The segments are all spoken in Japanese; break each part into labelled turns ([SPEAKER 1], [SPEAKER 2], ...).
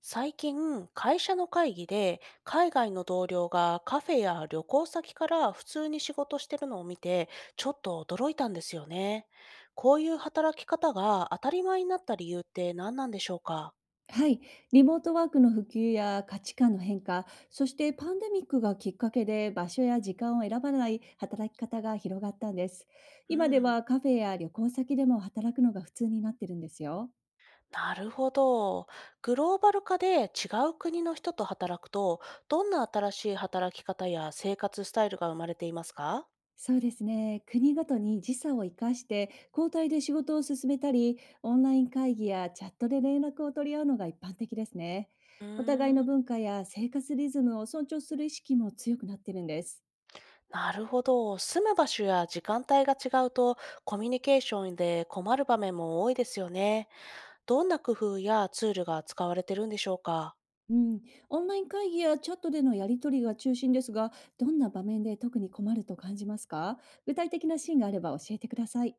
[SPEAKER 1] 最近、会社の会議で海外の同僚がカフェや旅行先から普通に仕事してるのを見て、ちょっと驚いたんですよね。こういう働き方が当たり前になった理由って何なんでしょうか？
[SPEAKER 2] はい、リモートワークの普及や価値観の変化、そしてパンデミックがきっかけで場所や時間を選ばない働き方が広がったんです。
[SPEAKER 1] う
[SPEAKER 2] 今で
[SPEAKER 1] ん。
[SPEAKER 2] はカフェや旅行先でも働くのが普通になってるんですよ。
[SPEAKER 1] なるほど。グローバル化で違う国の人と働くと、どんな新しい働き方や生活スタイルが生まれていますか？
[SPEAKER 2] そうですね、国ごとに時差を生かして交代で仕事を進めたり、オンライン会議やチャットで連絡を取り合うのが一般的ですね。
[SPEAKER 1] う
[SPEAKER 2] お互い
[SPEAKER 1] ー
[SPEAKER 2] の
[SPEAKER 1] ん。
[SPEAKER 2] 文化や生活リズムを尊重する意識も強くなってるんです。
[SPEAKER 1] なるほど。住む場所や時間帯が違うと、コミュニケーションで困る場面も多いですよね。どんな工夫やツールが使われてるんでしょうか？
[SPEAKER 2] うん、オンライン会議やチャットでのやり取りが中心ですが、どんな場面で特に困ると感じますか？具体的なシーンがあれば教えてください。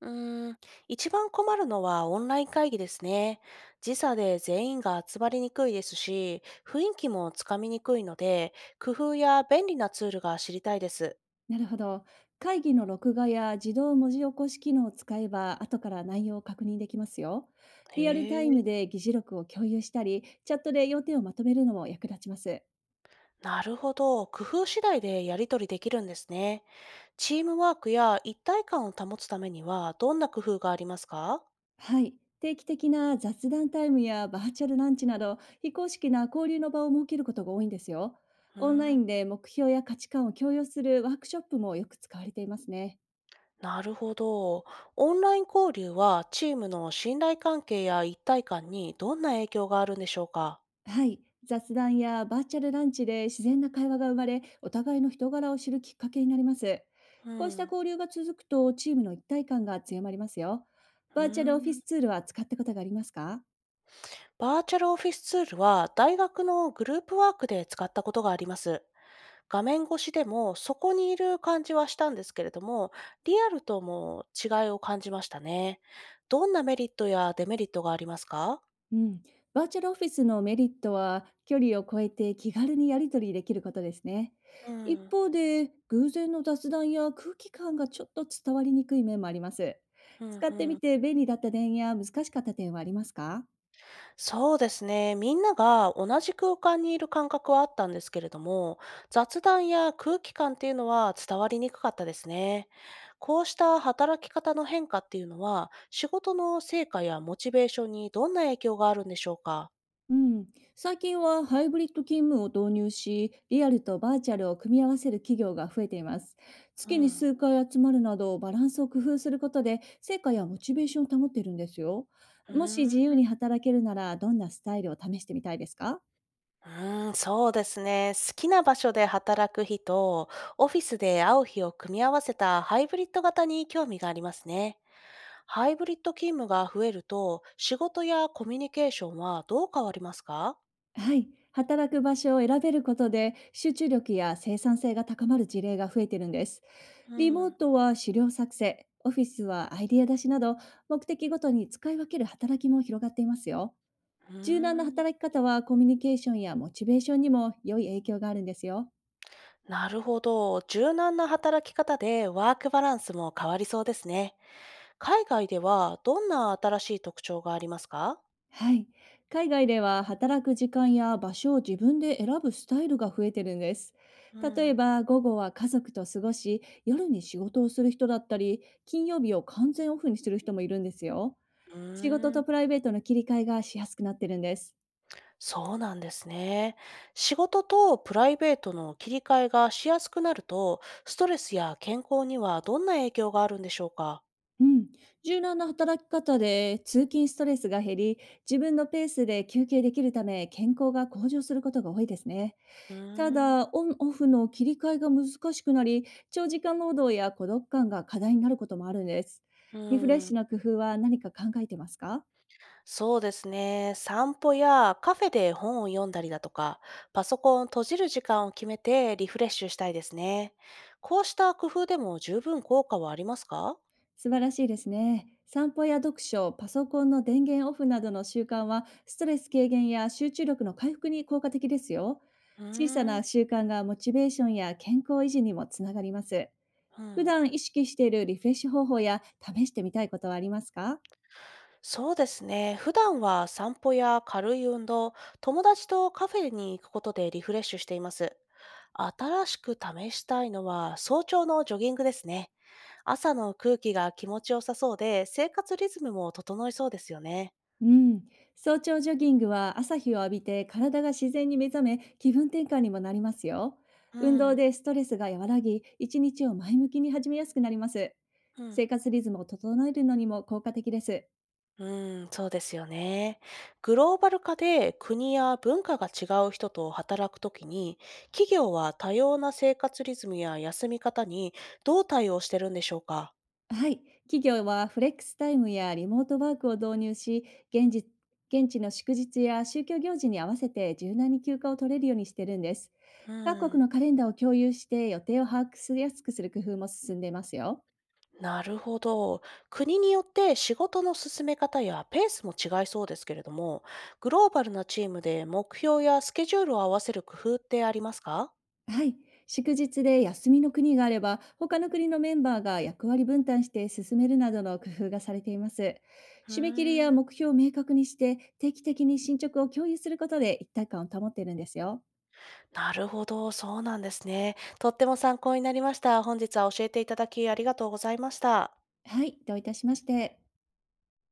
[SPEAKER 1] うーん、一番困るのはオンライン会議ですね。時差で全員が集まりにくいですし、雰囲気もつかみにくいので、工夫や便利なツールが知りたいです。
[SPEAKER 2] なるほど。会議の録画や自動文字起こし機能を使えば、後から内容を確認できますよ。リアル
[SPEAKER 1] へ
[SPEAKER 2] タイ
[SPEAKER 1] え、
[SPEAKER 2] ムで議事録を共有したり、チャットで要点をまとめるのも役立ちます。
[SPEAKER 1] なるほど。工夫次第でやり取りできるんですね。チームワークや一体感を保つためにはどんな工夫がありますか？
[SPEAKER 2] はい。定期的な雑談タイムやバーチャルランチなど、非公式な交流の場を設けることが多いんですよ。
[SPEAKER 1] う
[SPEAKER 2] オンライ
[SPEAKER 1] ん、
[SPEAKER 2] ンで目標や価値観を共有するワークショップもよく使われていますね。
[SPEAKER 1] なるほど。オンライン交流はチームの信頼関係や一体感にどんな影響があるんでしょうか？
[SPEAKER 2] はい。雑談やバーチャルランチで自然な会話が生まれ、お互いの人柄を知るきっかけになります。
[SPEAKER 1] う
[SPEAKER 2] こうした
[SPEAKER 1] ん。
[SPEAKER 2] 交流が続くと、チームの一体感が強まりますよ。
[SPEAKER 1] うー
[SPEAKER 2] バーチャルオフィ
[SPEAKER 1] ん。
[SPEAKER 2] スツールは使ったことがありますか？
[SPEAKER 1] バーチャルオフィスツールは大学のグループワークで使ったことがあります。画面越しでもそこにいる感じはしたんですけれども、リアルとも違いを感じましたね。どんなメリットやデメリットがありますか？
[SPEAKER 2] うん、バーチャルオフィスのメリットは距離を超えて気軽にやり取りできることですね。
[SPEAKER 1] う
[SPEAKER 2] 一
[SPEAKER 1] ん。
[SPEAKER 2] 方で偶然の雑談や空気感がちょっと伝わりにくい面もあります。
[SPEAKER 1] うん
[SPEAKER 2] 使って
[SPEAKER 1] う
[SPEAKER 2] み
[SPEAKER 1] ん、
[SPEAKER 2] て便利だった点や難しかった点はありますか？
[SPEAKER 1] そうですね。みんなが同じ空間にいる感覚はあったんですけれども、雑談や空気感っていうのは伝わりにくかったですね。こうした働き方の変化っていうのは、仕事の成果やモチベーションにどんな影響があるんでしょうか？
[SPEAKER 2] うん、最近はハイブリッド勤務を導入し、リアルとバーチャルを組み合わせる企業が増えています。
[SPEAKER 1] う
[SPEAKER 2] 月に
[SPEAKER 1] ん。
[SPEAKER 2] 数回集まるなど、バランスを工夫することで、成果やモチベーションを保っているんですよ。
[SPEAKER 1] う
[SPEAKER 2] もし
[SPEAKER 1] ー
[SPEAKER 2] 自由
[SPEAKER 1] ん
[SPEAKER 2] に働けるなら、どんなスタイルを試してみたいですか？
[SPEAKER 1] うーん、そうですね。好きな場所で働く日と、オフィスで会う日を組み合わせたハイブリッド型に興味がありますね。ハイブリッド勤務が増えると、仕事やコミュニケーションはどう変わりますか？
[SPEAKER 2] はい、働く場所を選べることで集中力や生産性が高まる事例が増えてるんです。
[SPEAKER 1] う
[SPEAKER 2] リモー
[SPEAKER 1] ん。
[SPEAKER 2] トは資料作成、オフィスはアイディア出しなど目的ごとに使い分ける働きも広がっていますよ。
[SPEAKER 1] う
[SPEAKER 2] 柔軟な
[SPEAKER 1] ーん。
[SPEAKER 2] 働き方はコミュニケーションやモチベーションにも良い影響があるんですよ。
[SPEAKER 1] なるほど。柔軟な働き方でワークバランスも変わりそうですね。海外ではどんな新しい特徴がありますか？
[SPEAKER 2] はい。海外では働く時間や場所を自分で選ぶスタイルが増えてるんです。
[SPEAKER 1] う
[SPEAKER 2] 例え
[SPEAKER 1] ん。
[SPEAKER 2] ば、午後は家族と過ごし、夜に仕事をする人だったり、金曜日を完全オフにする人もいるんですよ。
[SPEAKER 1] う
[SPEAKER 2] 仕事
[SPEAKER 1] ー
[SPEAKER 2] と
[SPEAKER 1] ん。
[SPEAKER 2] プライベートの切り替えがしやすくなってるんです。
[SPEAKER 1] そうなんですね。仕事とプライベートの切り替えがしやすくなると、ストレスや健康にはどんな影響があるんでしょうか？
[SPEAKER 2] うん。柔軟な働き方で通勤ストレスが減り、自分のペースで休憩できるため、健康が向上することが多いですね。
[SPEAKER 1] う
[SPEAKER 2] た
[SPEAKER 1] ーん。
[SPEAKER 2] だ、オンオフの切り替えが難しくなり、長時間労働や孤独感が課題になることもあるんです。
[SPEAKER 1] う
[SPEAKER 2] リフレッ
[SPEAKER 1] ーん、
[SPEAKER 2] シュの工夫は何か考えてますか？
[SPEAKER 1] そうですね。散歩やカフェで本を読んだりだとか、パソコンを閉じる時間を決めてリフレッシュしたいですね。こうした工夫でも十分効果はありますか？
[SPEAKER 2] 素晴らしいですね。散歩や読書、パソコンの電源オフなどの習慣は、ストレス軽減や集中力の回復に効果的ですよ。
[SPEAKER 1] う
[SPEAKER 2] 小さ
[SPEAKER 1] ーん、
[SPEAKER 2] な習慣がモチベーションや健康維持にもつながります。
[SPEAKER 1] うん。
[SPEAKER 2] 普段意識しているリフレッシュ方法や試してみたいことはありますか？
[SPEAKER 1] そうですね。普段は散歩や軽い運動、友達とカフェに行くことでリフレッシュしています。新しく試したいのは早朝のジョギングですね。朝の空気が気持ちよさそうで、生活リズムも整いそうですよね。
[SPEAKER 2] うん、早朝ジョギングは朝日を浴びて体が自然に目覚め気分転換にもなりますよ。
[SPEAKER 1] う
[SPEAKER 2] 運動
[SPEAKER 1] ん、
[SPEAKER 2] でストレスが和らぎ一日を前向きに始めやすくなります。
[SPEAKER 1] うん、
[SPEAKER 2] 生活リズムを整えるのにも効果的です。
[SPEAKER 1] うん、そうですよね。グローバル化で国や文化が違う人と働くときに、企業は多様な生活リズムや休み方にどう対応してるんでしょうか。
[SPEAKER 2] はい、企業はフレックスタイムやリモートワークを導入し、現実現地の祝日や宗教行事に合わせて柔軟に休暇を取れるようにしてるんです。
[SPEAKER 1] う
[SPEAKER 2] 各国
[SPEAKER 1] ん。
[SPEAKER 2] のカレンダーを共有して予定を把握しやすくする工夫も進んでいますよ。
[SPEAKER 1] なるほど。国によって仕事の進め方やペースも違いそうですけれども、グローバルなチームで目標やスケジュールを合わせる工夫ってありますか？
[SPEAKER 2] はい。祝日で休みの国があれば、他の国のメンバーが役割分担して進めるなどの工夫がされています。
[SPEAKER 1] う
[SPEAKER 2] 締め切り
[SPEAKER 1] ー
[SPEAKER 2] や
[SPEAKER 1] ん、
[SPEAKER 2] 目標を明確にして、定期的に進捗を共有することで一体感を保っているんですよ。
[SPEAKER 1] なるほど、そうなんですね。とっても参考になりました。本日は教えていただきありがとうございました。
[SPEAKER 2] はい、どういたしまして。